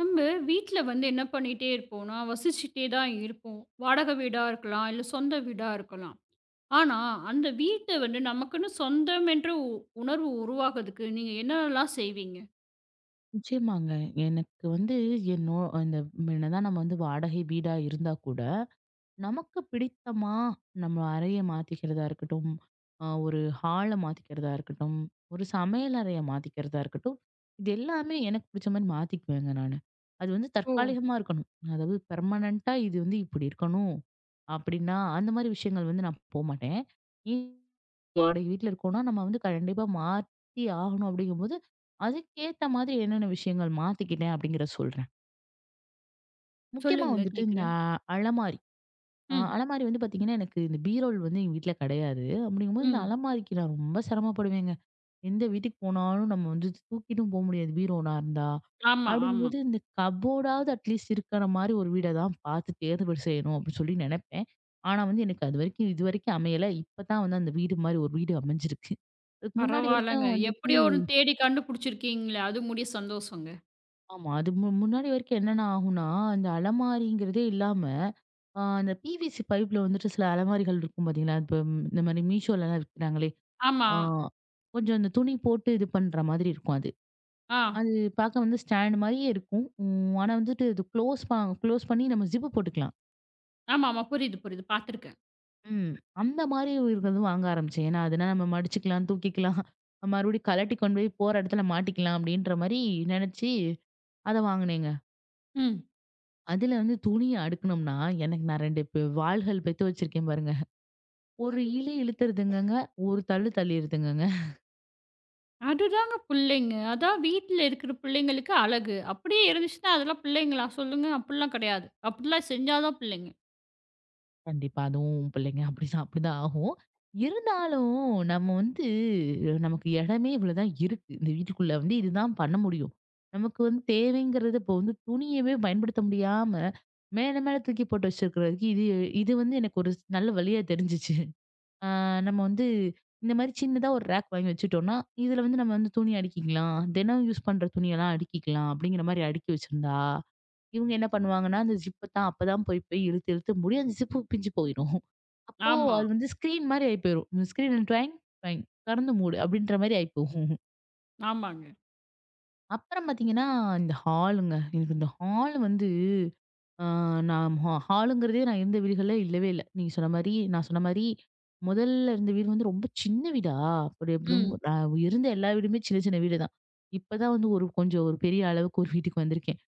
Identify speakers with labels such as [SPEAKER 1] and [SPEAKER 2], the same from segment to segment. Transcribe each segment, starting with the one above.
[SPEAKER 1] நம்ம வீட்ல வந்து என்ன பண்ணிட்டே இருப்போம்னா, வசிச்சுட்டே தான் இருப்போம். வாடகை வீடா இருக்கலாம், இல்ல சொந்த வீடா இருக்கலாம். ஆனா, அந்த வீட்ட வந்து நமக்குன்னு சொந்தம் என்ற உணர்வு உருவாகுறதுக்கு நீங்க என்னலாம் செய்வீங்க?
[SPEAKER 2] நிச்சயமாங்க. எனக்கு வந்து என்னோ அந்த என்னதான் நம்ம வந்து வாடகை வீடா இருந்தா கூட, நமக்கு பிடித்தமா நம்ம அறைய மாத்திக்கிறதா இருக்கட்டும், ஒரு ஹால மாத்திக்கிறதா இருக்கட்டும், ஒரு சமையல் அறைய மாத்திக்கிறதா இருக்கட்டும், இது எல்லாமே எனக்கு பிடிச்ச மாரி மாத்திக்குவேங்க நானு. அது வந்து
[SPEAKER 1] ஓ!
[SPEAKER 2] தற்காலிகமா இருக்கணும். அதாவது பெர்மனன்ட்டா இது வந்து இப்படி இருக்கணும். அப்படின்னா, அந்த மாரி விஷயங்கள் வந்து நான் போமாட்டேன். வாடகை வீட்ல இருக்கோம்னா, நம்ம வந்து கண்டிப்பா மாத்தி ஆகணும் அப்படிங்கும்போது, அதுக்கேத்த மாதிரி என்னென்ன விஷயங்கள் மாத்திக்கிட்டேன் அப்படிங்கிறத சொல்றேன். முக்கியமா
[SPEAKER 1] சொல்லுங்க
[SPEAKER 2] வந்துட்டு இந்த
[SPEAKER 1] கேட்குறேன்.
[SPEAKER 2] அலமாரி.
[SPEAKER 1] ம்,
[SPEAKER 2] அலமாரி வந்து பாத்தீங்கன்னா, எனக்கு இந்த பீரோல் வந்து எங்க வீட்ல கிடையாது. அப்படிங்கும்போது இந்த
[SPEAKER 1] ம்.
[SPEAKER 2] அலமாரிக்கு நான் ரொம்ப சிரமப்படுவேங்க. எந்த வீட்டுக்கு போனாலும் நம்ம வந்து தூக்கிட்டும் போ முடியாது பீரோனா இருந்தா.
[SPEAKER 1] ஆமா, ஆமா.
[SPEAKER 2] அப்படிங்கும்போது இந்த கப்போர்டாவது அட்லீஸ்ட் இருக்கிற மாரி ஒரு வீட தான் பார்த்து தேர்வு செய்யணும் அப்படின்னு சொல்லி நெனைப்பேன். ஆனா வந்து எனக்கு அது வரைக்கும் இதுவரைக்கும் அமையல. இப்ப தான் வந்து அந்த வீடு மாரி ஒரு வீடு அமைஞ்சிருக்கு. அதுக்கு முன்னாடி
[SPEAKER 1] பரவால்லங்க.
[SPEAKER 2] வரைக்கும் வந்துட்டு
[SPEAKER 1] எப்படியோ ஒண்ணு தேடி கண்டுபிடிச்சிருக்கீங்களே, அது முடிய சந்தோஷங்க.
[SPEAKER 2] ஆமா. அது முன்னாடி வரைக்கும் என்னென்ன ஆகும்னா, இந்த அலமாரிங்கிறதே இல்லாம, அந்த பிவிசி பைப்ல வந்துட்டு சில அலமாரிகள் இருக்கும் பார்த்தீங்களா? இப்ப ம், இந்த மாரி மீஷோலலாம் விக்கிறாங்களே!
[SPEAKER 1] ஆமா.
[SPEAKER 2] ஆ கொஞ்சம் அந்த துணி போட்டு இது பண்ற மாதிரி இருக்கும் அது.
[SPEAKER 1] ஆ.
[SPEAKER 2] அது பார்க்க வந்து ஸ்டாண்ட் மாரியே இருக்கும். ம். ஆனா வந்துட்டு அது க்ளோஸ் பண்ணி நம்ம ஜிப் போட்டுக்கலாம்.
[SPEAKER 1] ஆமாமா. புரியுது, புரியுது. பார்த்துருக்கேன்.
[SPEAKER 2] ம். அந்த மாரி இருக்கிறது வாங்க ஆரம்பிச்சேன். ஏன்னா, அதுனா நம்ம மடிச்சுக்கலாம், தூக்கிக்கலாம். மறுபடியும் கழட்டி கொண்டு போய் போற இடத்துல மாட்டிக்கலாம் அப்படின்ற மாரி நெனச்சு அத வாங்குனேங்க.
[SPEAKER 1] ம்.
[SPEAKER 2] அதுல வந்து துணிய அடுக்குனோம்னா, எனக்கு நான் 2 வாள்கள் பெத்து வச்சிருக்கேன் பாருங்க. ஒரு இழுத்துருதுங்கங்க, ஒரு தள்ளிருதுங்கங்க.
[SPEAKER 1] அதுதாங்க பிள்ளைங்க. அதான் வீட்ல இருக்கிற பிள்ளைங்களுக்கு அழகு. அப்படியே இருந்துச்சுன்னா, அதெல்லாம் பிள்ளைங்களா சொல்லுங்க? அப்படிலாம் கிடையாது. அப்படிலாம் செஞ்சா தான் பிள்ளைங்க.
[SPEAKER 2] கண்டிப்பா. அதுவும் பிள்ளைங்க அப்படிதான் அப்படிதான் ஆகும். இருந்தாலும் நம்ம வந்து நமக்கு இடமே இவ்வளோதான் இருக்கு. இந்த வீட்டுக்குள்ள வந்து இதுதான் பண்ண முடியும். நமக்கு வந்து தேவைங்கிறது இப்போ வந்து துணியவே பயன்படுத்த முடியாம, மேல மேல தூக்கி போட்டு வச்சிருக்கிறதுக்கு இது இது வந்து எனக்கு ஒரு நல்ல வழியா தெரிஞ்சுச்சு. ஆ நம்ம வந்து இந்த மாரி சின்னதா ஒரு ரேக் வாங்கி வச்சுட்டோம்னா, இதுல வந்து நம்ம வந்து துணி அடுக்கிக்கலாம். தினம் யூஸ் பண்ற துணியெல்லாம் அடுக்கிக்கலாம் அப்படிங்கிற மாரி அடுக்கி வச்சிருந்தா இவங்க என்ன பண்ணுவாங்கன்னா, அந்த ஜிப்ப தான் அப்பதான் போய் போய் இழுத்து இழுத்து மூடி அந்த ஜிப்பு பிஞ்சு போயிரும். அப்போ
[SPEAKER 1] ஆமா.
[SPEAKER 2] அது வந்து ஸ்க்ரீன் மாரி ஆயி போயிரும். ஸ்க்ரீன் ட்வைங் ட்வைங் "தொறந்து மூடு" அப்படின்ற மாரி ஆயி போகும்.
[SPEAKER 1] ஆமாங்க.
[SPEAKER 2] அப்புறம் பார்த்தீங்கன்னா, இந்த ஹாலுங்க. எனக்கு இந்த ஹால் வந்து ஆ நான் ஹாலுங்கிறதே நான் இருந்த வீடுகள்ல இல்லவே இல்ல. நீங்க சொன்ன மாரி நான் சொன்ன மாரி, முதல்ல இருந்த வீடு வந்து ரொம்ப சின்ன வீடா! அப்படி எப்படியும்
[SPEAKER 1] ம்.
[SPEAKER 2] இருந்த எல்லா வீடுமே சின்ன சின்ன வீடு தான். இப்பதான் வந்து ஒரு கொஞ்சம் ஒரு பெரிய அளவுக்கு ஒரு வீட்டுக்கு வந்திருக்கேன்.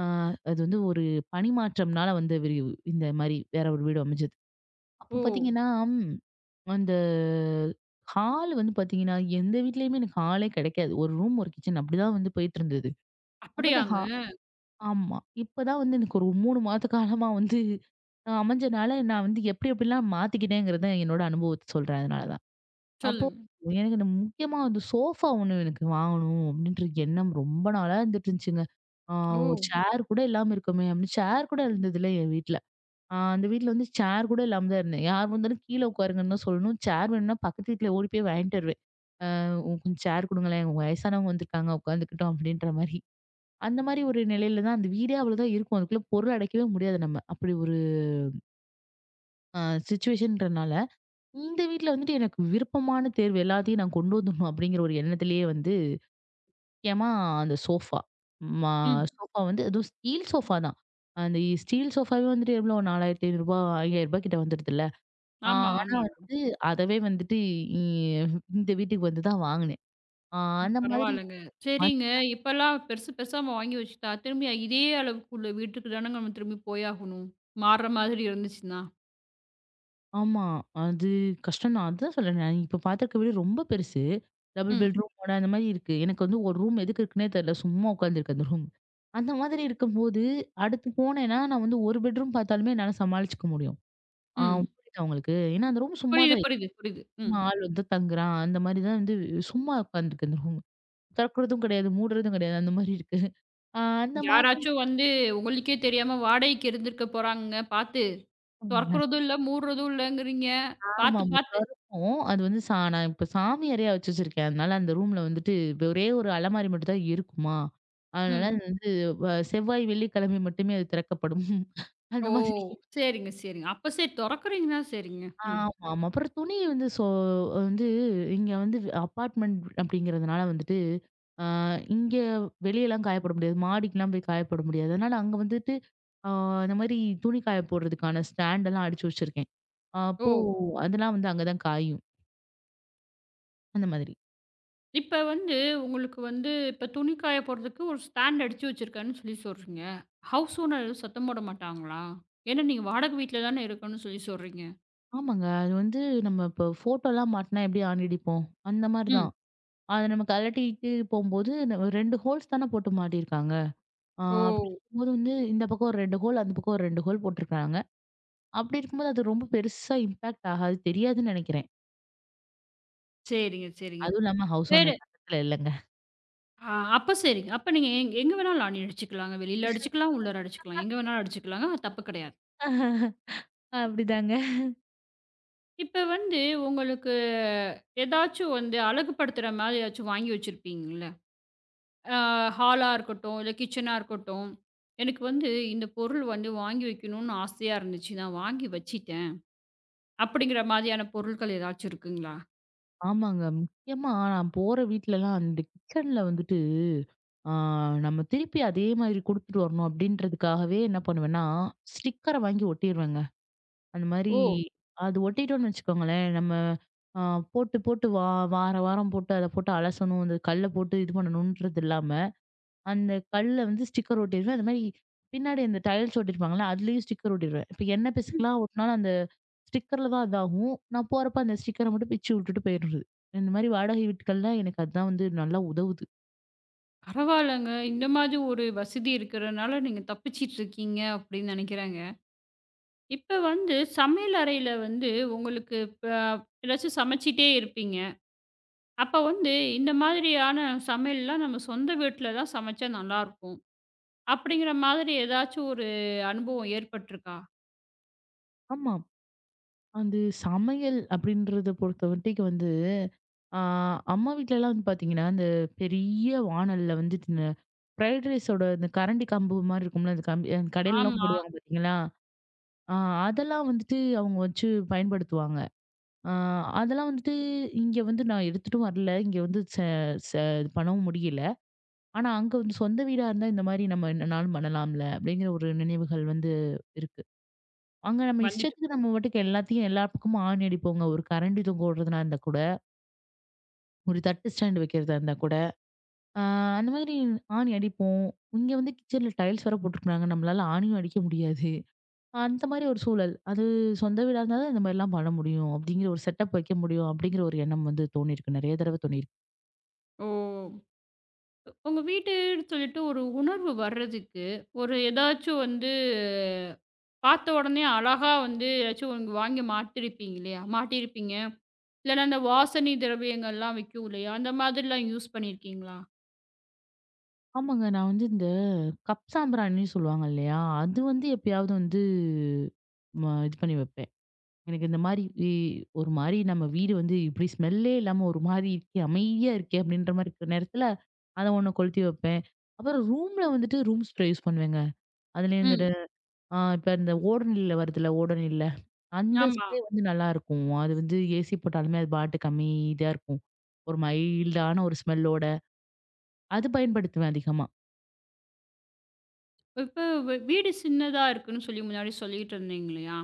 [SPEAKER 2] ஆ அது வந்து ஒரு பணி மாற்றம்னால வந்து இந்த மாரி வேற ஒரு வீடு அமைஞ்சது. அப்போ
[SPEAKER 1] ஓ!
[SPEAKER 2] பார்த்தீங்கன்னா, ம் அந்த ஹால் வந்து பார்த்தீங்கன்னா, எந்த வீட்லயுமே எனக்கு ஹாலே கிடைக்காது. ஒரு ரூம், ஒரு கிச்சன் அப்படிதான் வந்து போயிட்டு இருந்தது. அப்ப இந்த
[SPEAKER 1] அப்படியாங்க?
[SPEAKER 2] ஆமா. இப்பதான் வந்து எனக்கு ஒரு 3 மாத காலமா வந்து அமைஞ்சனால, நான் வந்து எப்டிலாம் மாத்திக்கிட்டேங்கிறத என்னோட அனுபவத்த சொல்றேன். அதனால தான். அப்போ
[SPEAKER 1] சொல்லுங்க.
[SPEAKER 2] எனக்கு இந்த முக்கியமா வந்து சோஃபா ஒண்ணு எனக்கு வாங்கணும் அப்டின்ற எண்ணம் ரொம்ப நாளா இருந்துட்டு இருந்துச்சுங்க. ஆ
[SPEAKER 1] ஓ!
[SPEAKER 2] ஒரு சேர் கூட இல்லாம இருக்கோமே அப்டின்னு சேர் கூட இருந்ததில்ல என் வீட்ல. அந்த வீட்ல வந்து சேர் கூட இல்லாம தான் இருந்தேன். யார் வந்தாலும் கீழ உட்காருங்கன்னு தான் சொல்லணும். சேர் வேணும்னா பக்கத்து வீட்ல ஓடி போய் வாங்கிட்டு வருவேன். அ கொஞ்சம் சேர் குடுங்களேன் வயசானவங்க வந்திருக்காங்க உட்காந்துக்கிட்டோம் அப்டின்ற மாரி. அந்த மாரி ஒரு நிலையில தான் அந்த வீடே அவ்வளோதான் இருக்கும். அதுக்குள்ள பொருள் அடைக்கவே முடியாது நம்ம. அப்படி ஒரு அ சிச்சுவேஷன்றனால, இந்த வீட்ல வந்துட்டு எனக்கு விருப்பமான தேர்வு எல்லாத்தையும் நான் கொண்டு வந்துடணும் அப்படிங்கிற ஒரு எண்ணத்திலேயே வந்து முக்கியமா அந்த சோஃபா. மா
[SPEAKER 1] ம்.
[SPEAKER 2] சோஃபா வந்து அதுவும் ஸ்டீல் சோஃபா தான். அந்த ஸ்டீல் சோஃபாவே வந்துட்டு எவ்வளோ ரூ. 4,500 ரூ. 5,000 கிட்ட வந்துடுதுல்ல. ஆ
[SPEAKER 1] ஆமா,
[SPEAKER 2] ஆனா
[SPEAKER 1] ஆமாங்க.
[SPEAKER 2] வந்து அதவே வந்துட்டு இ இந்த வீட்டுக்கு வந்து தான் வாங்குனேன். ஆ அந்த மாதிரி
[SPEAKER 1] பரவாயில்லங்க. சரிங்க. இப்பலாம் பெருசு பெருசா நம்ம வாங்கி வச்சுட்டா, திரும்பி இதே அளவுக்கு உள்ள வீட்டுக்கு தானங்க நம்ம திரும்பி போயாகணும். மாறுற மாதிரி இருந்துச்சுன்னா.
[SPEAKER 2] ஆமா. அது கஷ்டம் தான். அதான் சொல்றேனே, நான் இப்ப பார்த்திருக்க வீடு ரொம்ப பெருசு. டபுள்
[SPEAKER 1] ம்.
[SPEAKER 2] பெட்ரூமோட அந்த மாரி இருக்கு. எனக்கு வந்து ஒரு ரூம் எதுக்கு இருக்குன்னே தெரியல. சும்மா உட்காந்துருக்கு அந்த ரூம். அந்த மாதிரி இருக்கும்போது, அடுத்து போனேன்னா, நான் வந்து ஒரு பெட்ரூம் பார்த்தாலுமே என்னால சமாளிச்சுக்க முடியும். ஆ
[SPEAKER 1] ம்.
[SPEAKER 2] புரியுதா உங்களுக்கு? ஏன்னா அந்த ரூம் சும்மா
[SPEAKER 1] புரியுது,
[SPEAKER 2] தான் இருக்கு.
[SPEAKER 1] புரியுது, புரியுது. ம்.
[SPEAKER 2] சும்மா ஆள் வந்து தங்குறான். அந்த மாரி தான் வந்து சும்மா உட்காந்துருக்கு அந்த ரூம். திறக்கிறதும் கிடையாது, மூடுறதும் கிடையாது. அந்த மாரி இருக்கு. அந்த
[SPEAKER 1] யாராச்சும் வந்து உங்களுக்கே தெரியாம வாடகைக்கு இருந்திருக்க போறாங்கங்க. பார்த்து
[SPEAKER 2] மாதிரி
[SPEAKER 1] தொறக்கறதும் இல்ல, மூடுறதும் இல்லங்கிறீங்க. பார்த்து,
[SPEAKER 2] ஆமாமா.
[SPEAKER 1] பார்த்து
[SPEAKER 2] கருப்பும் அது வந்து நான் இப்ப சாமி அறையா வச்சிருக்கேன். அதனால அந்த ரூம்ல வந்துட்டு இப்ப ஒரே ஒரு அலமாரி மட்டும் தான் இருக்குமா. அதனால
[SPEAKER 1] ம்.
[SPEAKER 2] அது வந்து வ செவ்வாய், வெள்ளிக்கிழமை மட்டுமே அது திறக்கப்படும்.
[SPEAKER 1] ஓ!
[SPEAKER 2] அந்த மாதிரி.
[SPEAKER 1] சரிங்க, சரிங்க. அப்ப சரி தொறக்குறீங்கன்னா சரிங்க. ம்.
[SPEAKER 2] ஆமாமா. அப்புறம் துணி வந்து வந்து இங்க வந்து அபார்ட்மெண்ட் அப்படிங்கிறதுனால வந்துட்டு, ஆ இங்க வெளியலாம் காய போட முடியாது. மாடிக்குலாம் போய் காய போட முடியாது. அதனால அங்க வந்துட்டு ஆ இந்த மாரி துணி காய போடுறதுக்கான ஸ்டாண்டெல்லாம் அடிச்சு வச்சிருக்கேன்.
[SPEAKER 1] ஓ!
[SPEAKER 2] அப்போ அதெல்லாம் வந்து அங்க தான் காயும். அந்த மாதிரி.
[SPEAKER 1] இப்ப வந்து உங்களுக்கு வந்து இப்ப துணி காய போடுறதுக்கு ஒரு ஸ்டாண்ட் அடிச்சு வச்சிருக்கேன்னு சொல்லி சொல்றீங்க. ஹவுஸ் ஓனர் எதுவும் சத்தம் போட மாட்டாங்களா? ஏன்னா நீங்க வாடகை வீட்ல தானே இருக்கன்னு சொல்லி சொல்றீங்க.
[SPEAKER 2] ஆமாங்க. அது வந்து நம்ம இப்போ ஃபோட்டோலாம் மாட்டுனா எப்படி ஆணி அடிப்போம்? அந்த மாரி
[SPEAKER 1] ம்.
[SPEAKER 2] தான். அத நம்ம கழட்டிட்டு போம்போது, நம்ம 2 ஹோல்ஸ் தானே போட்டு மாட்டியிருக்காங்க. ஆ
[SPEAKER 1] ஓ!
[SPEAKER 2] அப்படி இருக்கும்போது வந்து இந்த பக்கம் ஒரு 2 ஹோல், அந்த பக்கம் ஒரு 2 ஹோல் போட்டிருக்காங்க. அப்படி இருக்கும்போது அது ரொம்ப பெருசா இம்பாக்ட் ஆகாது. தெரியாதுன்னு நெனைக்கிறேன்.
[SPEAKER 1] சரிங்க, சரிங்க.
[SPEAKER 2] அதுவும் இல்லாம ஹவுஸ்
[SPEAKER 1] வேற
[SPEAKER 2] ஓனர் பக்கத்துல இல்லங்க.
[SPEAKER 1] ஆ அப்ப சரிங்க. அப்ப நீங்க எங்க வேணாலும் ஆணி அடிச்சுக்கலாங்க. வெளியில அடிச்சுக்கலாம், உள்ளார அடிச்சுக்கலாம். எங்க வேணாலும் அடிச்சுக்கலாங்க. அது தப்பு கிடையாது.
[SPEAKER 2] அப்படிதாங்க.
[SPEAKER 1] இப்ப வந்து உங்களுக்கு ஏதாச்சும் வந்து அழகுபடுத்துற மாதிரி ஏதாச்சும் வாங்கி வச்சிருப்பீங்கல்ல? அ ஹாலா இருக்கட்டும், இல்ல கிச்சனா இருக்கட்டும். எனக்கு வந்து இந்த பொருள் வந்து வாங்கி வைக்கணும்னு ஆசையா இருந்துச்சு. நான் வாங்கி வச்சுட்டேன். அப்படிங்கிற மாதிரியான பொருட்கள் ஏதாச்சும் இருக்குங்களா?
[SPEAKER 2] ஆமாங்க. முக்கியமா நான் போற வீட்லலாம் அந்த கிச்சன்ல வந்துட்டு, ஆ நம்ம திருப்பி அதே மாதிரி குடுத்துட்டு வரணும் அப்படின்றதுக்காகவே என்ன பண்ணுவேன்னா, ஸ்டிக்கர வாங்கி ஒட்டிருவேங்க. அந்த மாரி
[SPEAKER 1] ஓ!
[SPEAKER 2] அது ஒட்டிட்டோம்னு வச்சுக்கோங்களேன், நம்ம அ போட்டு வார வாரம் போட்டு அத போட்டு அலசணும். அந்த கல்ல போட்டு இது பண்ணணுன்றது இல்லாம, அந்த கல்ல வந்து ஸ்டிக்கர் ஒட்டிருவேன். அது மாரி பின்னாடி அந்த டைல்ஸ் ஒட்டியிருப்பாங்கல்ல, அதுலயும் ஸ்டிக்கர் ஒட்டிருவேன். இப்ப என்ன பிசுக்கெல்லாம் ஒட்டினாலும் அந்த ஸ்டிக்கர்ல தான் இதாகும். நான் போறப்ப அந்த ஸ்டிக்கர மட்டும் பிச்சு விட்டுட்டு போயிடுறது. இந்த மாரி வாடகை வீட்டுகள்ல எனக்கு அதான் வந்து நல்லா உதவுது.
[SPEAKER 1] பரவால்லங்க. இந்த மாதிரி ஒரு வசதி இருக்கிறனால நீங்க தப்பிச்சிட்டு இருக்கீங்க அப்படின்னு நினைக்கிறேங்க. இப்ப வந்து சமையல் அறையில வந்து உங்களுக்கு இப்ப ஏதாச்சும் சமைச்சிட்டே இருப்பீங்க. அப்ப வந்து இந்த மாதிரியான சமையல்லாம் நம்ம சொந்த வீட்ல தான் சமைச்சா நல்லாருக்கும். அப்படிங்கிற மாதிரி ஏதாச்சும் ஒரு அனுபவம் ஏற்பட்டுருக்கா?
[SPEAKER 2] ஆமா. அது சமையல் அப்படின்றத பொறுத்தவரைக்கும் வந்து, ஆ அம்மா வீட்லலாம் வந்து பாத்தீங்கன்னா, அந்த பெரிய வாணல்ல வந்துட்டு ஃப்ரைட் ரைஸோட இந்த கரண்டி கம்பு மாரி இருக்கும்ல, அந்த கம்பி அந்த கடையிலலாம்
[SPEAKER 1] ஆமா.
[SPEAKER 2] போடுவாங்க பார்த்தீங்களா? ஆ அதெல்லாம் வந்துட்டு அவங்க வச்சு பயன்படுத்துவாங்க. ஆ அதெல்லாம் வந்துட்டு இங்க வந்து நான் எடுத்துட்டு வரல. இங்க வந்து ச ச இது பண்ணவும் முடியல. ஆனா அங்க வந்து சொந்த வீடா இருந்தா இந்த மாரி நம்ம என்னனாலும் பண்ணலாம்ல, அப்படிங்கிற ஒரு நினைவுகள் வந்து இருக்கு. அங்க நம்ம
[SPEAKER 1] வந்துட்டு
[SPEAKER 2] இஷ்டத்துக்கு நம்ம பாட்டுக்கு எல்லாத்தையும் எல்லா பக்கமும் ஆணி அடிப்போங்க. ஒரு கரண்டி தொங்க விடுறதுனா இருந்தா கூட, ஒரு தட்டு ஸ்டாண்ட் வைக்கிறதா இருந்தா கூட, ஆ அந்த மாதிரி ஆணி அடிப்போம். இங்க வந்து கிச்சன்ல டைல்ஸ் வேற போட்டுருக்காங்க. நம்மளால ஆணியும் அடிக்க முடியாது. அந்த மாரி ஒரு சூழல். அது சொந்த வீடா இருந்தா தான் இந்த மாரிலாம் பண்ண முடியும். அப்படிங்கிற ஒரு செட்டப் வைக்க முடியும். அப்படிங்கிற ஒரு எண்ணம் வந்து தோணியிருக்கு. நெறைய தடவ தோணியிருக்கு.
[SPEAKER 1] ஓ! உங்க வீட்டுன்னு சொல்லிட்டு ஒரு உணர்வு வர்றதுக்கு, ஒரு ஏதாச்சும் வந்து பார்த்த உடனே அழகா வந்து ஏதாச்சும் ஒண்ணு வாங்கி மாட்டிருப்பீங்க இல்லையா? மாட்டியிருப்பீங்க. இல்லன்னா அந்த வாசனை திரவியங்கள்லாம் விக்கும் இல்லையா? அந்த மாதிரிலாம் யூஸ் பண்ணியிருக்கீங்களா?
[SPEAKER 2] ஆமாங்க. நான் வந்து இந்த கப் சாம்பிராணின்னு சொல்லுவாங்க இல்லையா? அது வந்து எப்பயாவது வந்து இது பண்ணி வைப்பேன். எனக்கு இந்த மாரி ஒரு மாரி நம்ம வீடு வந்து இப்படி ஸ்மெல்லே இல்லாம ஒரு மாரி இருக்கே, அமைதியா இருக்கே அப்படின்ற மாரி இருக்கிற நேரத்துல, அத ஒண்ணு கொளுத்தி வைப்பேன். அப்புறம் ரூம்ல வந்துட்டு ரூம் ஸ்ப்ரே யூஸ் பண்ணுவேங்க. அதுலயும்
[SPEAKER 1] ம்.
[SPEAKER 2] இந்த இப்ப இந்த ஓடோனில்ல வருதுல்ல, ஓடோனில்ல. அந்த
[SPEAKER 1] ஆமா.
[SPEAKER 2] ஸ்ப்ரே வந்து நல்லாருக்கும். அது வந்து ஏசி போட்டாலுமே அது பாட்டுக்கு அமைதியா இருக்கும். ஒரு மைல்டான ஒரு ஸ்மெல்லோட. அது பயன்படுத்துவேன் அதிகமா.
[SPEAKER 1] இப்ப வீடு சின்னதா இருக்குன்னு சொல்லி முன்னாடி சொல்லிட்டு இருந்தீங்க இல்லையா?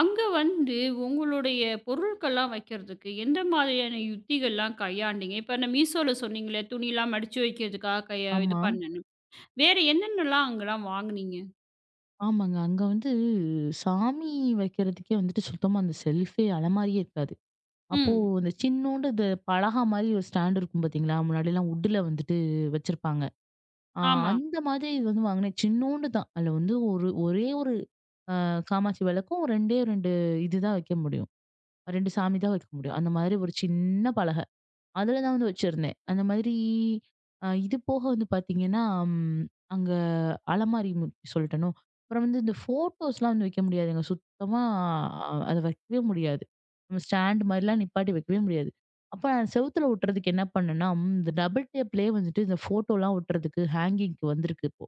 [SPEAKER 1] அங்க வந்து உங்களுடைய பொருட்கள்லாம் வைக்கிறதுக்கு எந்த மாதிரியான யுக்திகள்லாம் கையாண்டீங்க? இப்ப அந்த மீஷோல சொன்னீங்களே, துணிலாம் மடிச்சு வைக்கிறதுக்காக கைய இது
[SPEAKER 2] ஆமா.
[SPEAKER 1] பண்ணேன்னு. வேற என்னென்னலாம் அங்கலாம் வாங்குனீங்க?
[SPEAKER 2] ஆமாங்க. அங்க வந்து சாமி வைக்கிறதுக்கே வந்துட்டு சுத்தமா அந்த செல்ஃபே அலமாரியே இருக்காது. அப்போ
[SPEAKER 1] ம்.
[SPEAKER 2] அந்த சின்னூண்டு இந்த பலகா மாரி ஒரு ஸ்டாண்ட் இருக்கும் பார்த்தீங்களா? முன்னாடிலாம் வுட்ல வந்துட்டு வச்சிருப்பாங்க. ஆ
[SPEAKER 1] ஆமா.
[SPEAKER 2] அந்த மாதிரி இது வந்து வாங்கினேன். சின்னூண்டு தான். அதுல வந்து ஒரே ஒரு காமாட்சி விளக்கும், 2டே 2 இது தான் வைக்க முடியும். 2 சாமி தான் வைக்க முடியும். அந்த மாதிரி ஒரு சின்ன பலகை. அதுல தான் வந்து வச்சிருந்தேன். அந்த மாதிரி இது போக வந்து பார்த்தீங்கன்னா, ம் அங்க அலமாரி மு சொல்லிட்டேனோ, அப்புறம் வந்து இந்த ஃபோட்டோஸ்லாம் வந்து வைக்க முடியாதுங்க. சுத்தமா அத வைக்கவே முடியாது. நம்ம ஸ்டாண்ட் மாரிலாம் நிப்பாட்டி வைக்கவே முடியாது. அப்ப நான் செவுத்துல ஒட்டுறதுக்கு என்ன பண்ணேன்னா, ம், இந்த டபுள் டேப்லயே வந்துட்டு இந்த ஃபோட்டோலாம் ஒட்டுறதுக்கு ஹேங்கிங்க்கு வந்திருக்கு இப்போ.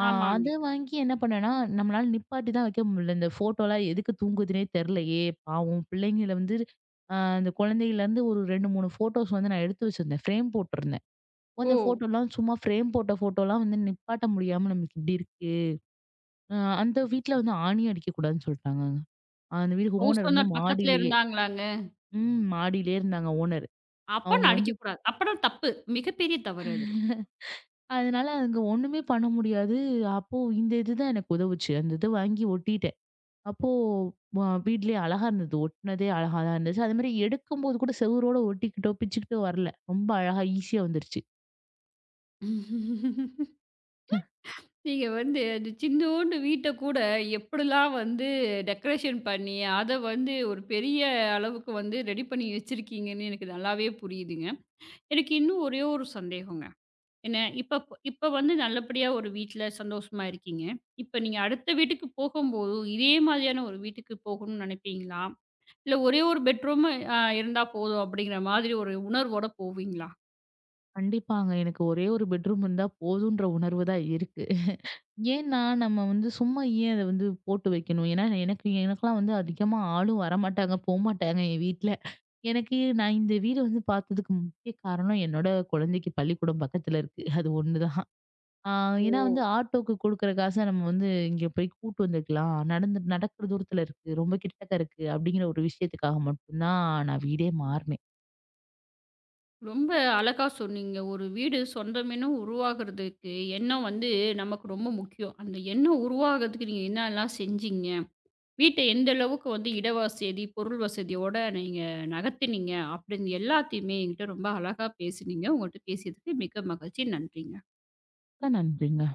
[SPEAKER 2] ஆ
[SPEAKER 1] ஆமாங்க.
[SPEAKER 2] அது வாங்கி என்ன பண்ணேன்னா, நம்மளால நிப்பாட்டி தான் வைக்க முடியல. இந்த ஃபோட்டோலாம் எதுக்கு தூங்குதுன்னே தெரியலையே! பாவம் பிள்ளைங்கள வந்து அந்த குழந்தைகள்லேருந்து ஒரு 2, 3 ஃபோட்டோஸ் வந்து நான் எடுத்து வச்சிருந்தேன். ஃப்ரேம் போட்டிருந்தேன்.
[SPEAKER 1] ஓ!
[SPEAKER 2] அந்த ஃபோட்டோலாம் சும்மா ஃப்ரேம் போட்ட ஃபோட்டோலாம் வந்து நிப்பாட்ட முடியாம நமக்கு இப்படி இருக்கு. அ அந்த வீட்ல வந்து ஆணி அடிக்கக்கூடாதுன்னு சொல்ட்டாங்கங்க. அந்த வீட்டுக்கு
[SPEAKER 1] ஹவுஸ்
[SPEAKER 2] ஓனர் வந்து
[SPEAKER 1] ஓனர் பக்கத்துல
[SPEAKER 2] மாடியிலேயே
[SPEAKER 1] இருந்தாங்களாங்க?
[SPEAKER 2] ம். மாடியிலேயே இருந்தாங்க ஓனர். அவங்க
[SPEAKER 1] அப்பன்னா
[SPEAKER 2] வந்து
[SPEAKER 1] அடிக்கக்கூடாது. அப்பன்னா தப்பு. மிகப்பெரிய தவறு அதுல.
[SPEAKER 2] அதனால அங்க ஒண்ணுமே பண்ண முடியாது. அப்போ இந்த இதுதான் எனக்கு உதவுச்சு. அந்த இத வாங்கி ஒட்டிட்டேன். அப்போ வ வீட்லயே அழகா இருந்தது. ஒட்டுனதே அழகா தான் இருந்துச்சு. அதேமாரி எடுக்கும்போது கூட செவுரோட ஒட்டிக்கிட்டோ, பிச்சுக்கிட்டோ வரல. ரொம்ப அழகா ஈஸியா வந்துருச்சு.
[SPEAKER 1] நீங்க வந்து அந்த சின்னோண்டு வீட்ட கூட எப்படிலாம் வந்து டெக்கரேஷன் பண்ணி, அத வந்து ஒரு பெரிய அளவுக்கு வந்து ரெடி பண்ணி வச்சிருக்கீங்கன்னு எனக்கு நல்லாவே புரியுதுங்க. எனக்கு இன்னும் ஒரே ஒரு சந்தேகங்க. என்ன இப்ப இப்ப வந்து நல்லபடியா ஒரு வீட்ல சந்தோஷமா இருக்கீங்க. இப்ப நீங்க அடுத்த வீட்டுக்கு போகும்போது, இதே மாதிரியான ஒரு வீட்டுக்கு போகணும்னு நினைப்பீங்களா? இல்ல ஒரே ஒரு பெட்ரூம் இருந்தா போதும் அப்படிங்கிற மாதிரி ஒரு உணர்வோட போவீங்களா?
[SPEAKER 2] கண்டிப்பாங்க. எனக்கு ஒரே ஒரு பெட்ரூம் இருந்தா போதுன்ற உணர்வு தான் இருக்கு. ஏன்னா, நம்ம வந்து சும்மா ஏன் அத வந்து போட்டு வைக்கணும்? ஏன்னா எனக்கெல்லாம் வந்து அதிகமா ஆளும் வரமாட்டாங்க, போமாட்டாங்க என் வீட்ல. எனக்கு நான் இந்த வீடு வந்து பார்த்ததுக்கு முக்கிய காரணம் என்னோட குழந்தைக்கு பள்ளிக்கூடம் பக்கத்துல இருக்கு. அது ஒண்ணுதான். ஆ
[SPEAKER 1] ஓ!
[SPEAKER 2] ஏன்னா வந்து ஆட்டோக்கு குடுக்குற காச நம்ம வந்து இங்க போய் கூட்டு வந்துக்கலாம். நடந்து நடக்கிற தூரத்துல இருக்கு. ரொம்ப கிட்டக்க இருக்கு. அப்படிங்கிற ஒரு விஷயத்துக்காக மட்டும் தான் நான் வீடே மாறுனேன்.
[SPEAKER 1] ரொம்ப அழகா சொன்னீங்க. ஒரு வீடு சொந்தமென்னு உருவாகுறதுக்கு எண்ணம் வந்து நமக்கு ரொம்ப முக்கியம். அந்த எண்ணம் உருவாகுறதுக்கு நீங்க என்னலாம் செஞ்சீங்க? வீட்ட எந்த அளவுக்கு வந்து இட வசதி, பொருள் வசதியோட நீங்க நகர்த்தினீங்க அப்படின்னு எல்லாத்தையுமே என்கிட்ட ரொம்ப அழகா பேசுனீங்க. உங்கள்ட்ட பேசியதுக்கு மிக்க மகிழ்ச்சி. நன்றிங்க.
[SPEAKER 2] நன்றிங்க.